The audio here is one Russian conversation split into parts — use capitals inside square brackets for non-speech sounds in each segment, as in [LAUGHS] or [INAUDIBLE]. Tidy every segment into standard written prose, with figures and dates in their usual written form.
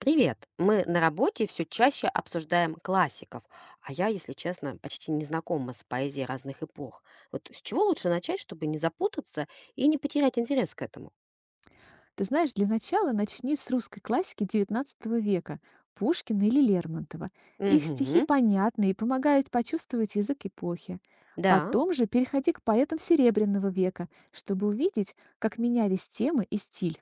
Привет! Мы на работе все чаще обсуждаем классиков, а я, если честно, почти не знакома с поэзией разных эпох. Вот с чего лучше начать, чтобы не запутаться и не потерять интерес к этому? Ты знаешь, для начала начни с русской классики XIX века – Пушкина или Лермонтова. Их стихи Угу, понятны и помогают почувствовать язык эпохи. да. Потом же переходи к поэтам Серебряного века, чтобы увидеть, как менялись темы и стиль.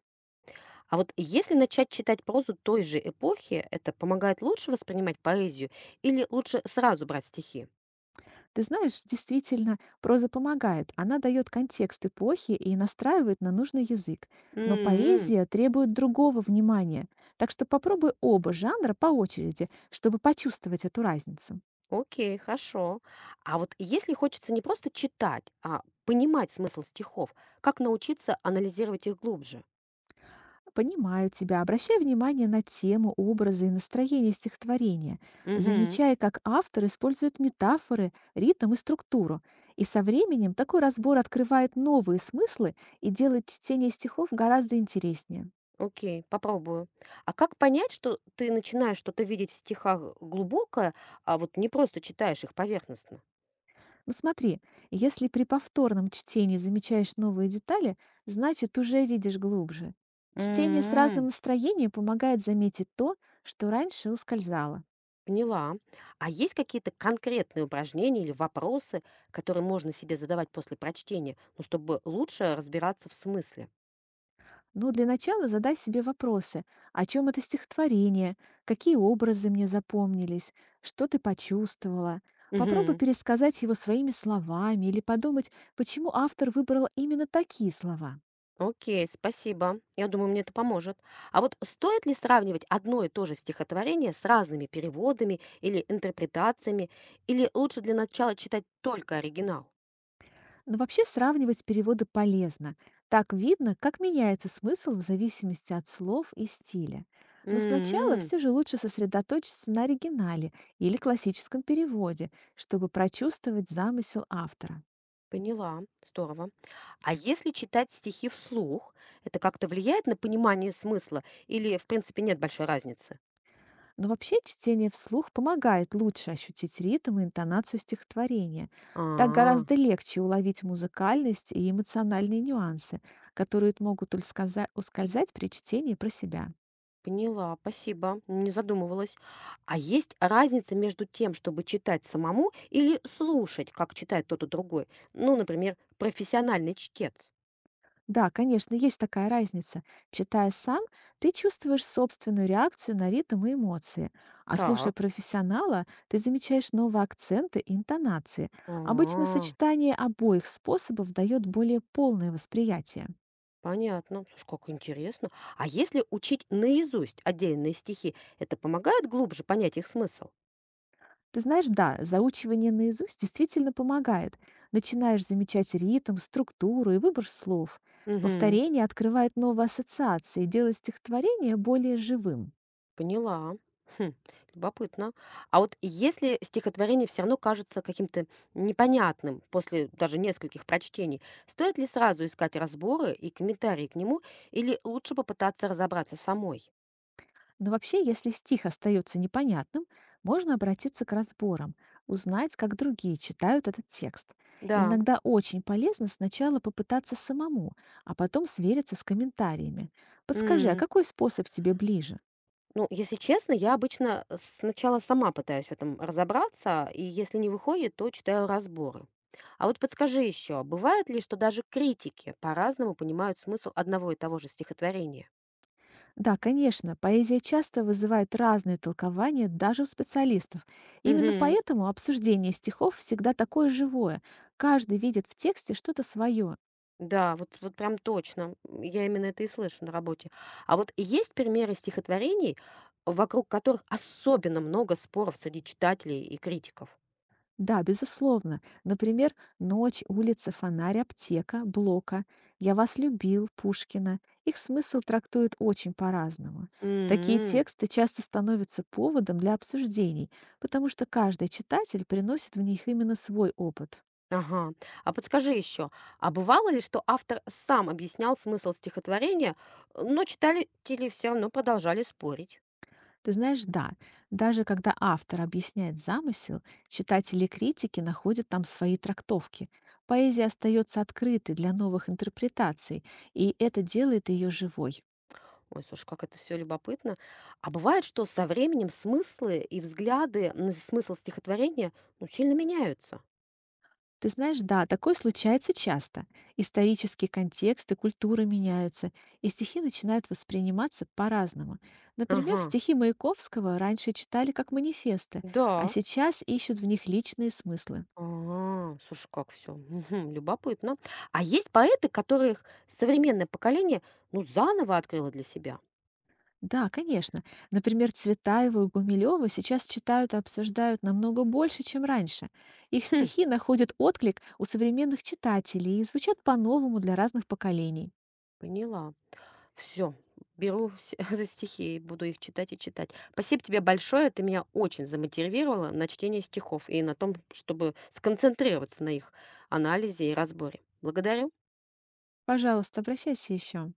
А вот если начать читать прозу той же эпохи, это помогает лучше воспринимать поэзию или лучше сразу брать стихи? Ты знаешь, действительно, проза помогает. Она дает контекст эпохи и настраивает на нужный язык. Но М, поэзия требует другого внимания. Так что попробуй оба жанра по очереди, чтобы почувствовать эту разницу. Окей, хорошо. А вот если хочется не просто читать, а понимать смысл стихов, как научиться анализировать их глубже? Понимаю тебя. Обращай внимание на тему, образы и настроение стихотворения. Угу. Замечай, как автор использует метафоры, ритм и структуру. И со временем такой разбор открывает новые смыслы и делает чтение стихов гораздо интереснее. Окей, попробую. А как понять, что ты начинаешь что-то видеть в стихах глубокое, а вот не просто читаешь их поверхностно? Ну смотри, если при повторном чтении замечаешь новые детали, значит уже видишь глубже. Чтение с разным М. настроением помогает заметить то, что раньше ускользало. Поняла. А есть какие-то конкретные упражнения или вопросы, которые можно себе задавать после прочтения, ну, чтобы лучше разбираться в смысле? Ну, для начала задай себе вопросы. О чем это стихотворение? Какие образы мне запомнились? Что ты почувствовала? Попробуй Мгм. пересказать его своими словами или подумать, почему автор выбрал именно такие слова. Окей, спасибо. Я думаю, мне это поможет. А вот стоит ли сравнивать одно и то же стихотворение с разными переводами или интерпретациями, или лучше для начала читать только оригинал? Но вообще сравнивать переводы полезно. Так видно, как меняется смысл в зависимости от слов и стиля. Но сначала М, все же лучше сосредоточиться на оригинале или классическом переводе, чтобы прочувствовать замысел автора. поняла, здорово. А если читать стихи вслух, это как-то влияет на понимание смысла или, в принципе, нет большой разницы? Но вообще чтение вслух помогает лучше ощутить ритм и интонацию стихотворения. Так А, гораздо легче уловить музыкальность и эмоциональные нюансы, которые могут ускользать при чтении про себя. поняла, спасибо, не задумывалась. А есть разница между тем, чтобы читать самому или слушать, как читает тот и другой? Ну, например, профессиональный чтец. Да, конечно, есть такая разница. Читая сам, ты чувствуешь собственную реакцию на ритм и эмоции, а слушая Так. профессионала, ты замечаешь новые акценты и интонации. А, Обычно сочетание обоих способов дает более полное восприятие. понятно. Слушай, как интересно. А если учить наизусть отдельные стихи, это помогает глубже понять их смысл? Ты знаешь, да, заучивание наизусть действительно помогает. Начинаешь замечать ритм, структуру и выбор слов. Мгм. Повторение открывает новые ассоциации, делает стихотворение более живым. Поняла. Хм, любопытно. А вот если стихотворение все равно кажется каким-то непонятным после даже нескольких прочтений, стоит ли сразу искать разборы и комментарии к нему, или лучше попытаться разобраться самой? Но вообще, если стих остается непонятным, можно обратиться к разборам, узнать, как другие читают этот текст. Да. Иногда очень полезно сначала попытаться самому, а потом свериться с комментариями. Подскажи, а М. какой способ тебе ближе? Ну, если честно, я обычно сначала сама пытаюсь в этом разобраться, и если не выходит, то читаю разборы. А вот подскажи еще, бывает ли, что даже критики по-разному понимают смысл одного и того же стихотворения? Да, конечно, поэзия часто вызывает разные толкования даже у специалистов. Именно Мгм. поэтому обсуждение стихов всегда такое живое. Каждый видит в тексте что-то свое. Да, вот прям точно. Я именно это и слышу на работе. А вот есть примеры стихотворений, вокруг которых особенно много споров среди читателей и критиков? Да, безусловно. Например, «Ночь», «Улица», «Фонарь», «Аптека», «Блока», «Я вас любил», Пушкина. Их смысл трактуют очень по-разному. Такие М. тексты часто становятся поводом для обсуждений, потому что каждый читатель приносит в них именно свой опыт. Ага. А подскажи еще, а бывало ли, что автор сам объяснял смысл стихотворения, но читатели все равно продолжали спорить? Ты знаешь, да, даже когда автор объясняет замысел, читатели и критики находят там свои трактовки. Поэзия остается открытой для новых интерпретаций, и это делает ее живой. Ой, слушай, как это все любопытно. А бывает, что со временем смыслы и взгляды на смысл стихотворения, ну, сильно меняются? Ты знаешь, да, такое случается часто. Исторический контекст и культура меняются, и стихи начинают восприниматься по-разному. Например, Ага. стихи Маяковского раньше читали как манифесты, а Да. сейчас ищут в них личные смыслы. Слушай, как все любопытно. А есть поэты, которых современное поколение, ну, заново открыло для себя? Да, конечно. Например, Цветаева и Гумилева сейчас читают и обсуждают намного больше, чем раньше. Их Хм, стихи находят отклик у современных читателей и звучат по-новому для разных поколений. поняла. Все, беру се [LAUGHS] за стихи и буду их читать и читать. Спасибо тебе большое. Ты меня очень замотивировала на чтение стихов и на том, чтобы сконцентрироваться на их анализе и разборе. Благодарю. Пожалуйста, обращайся еще.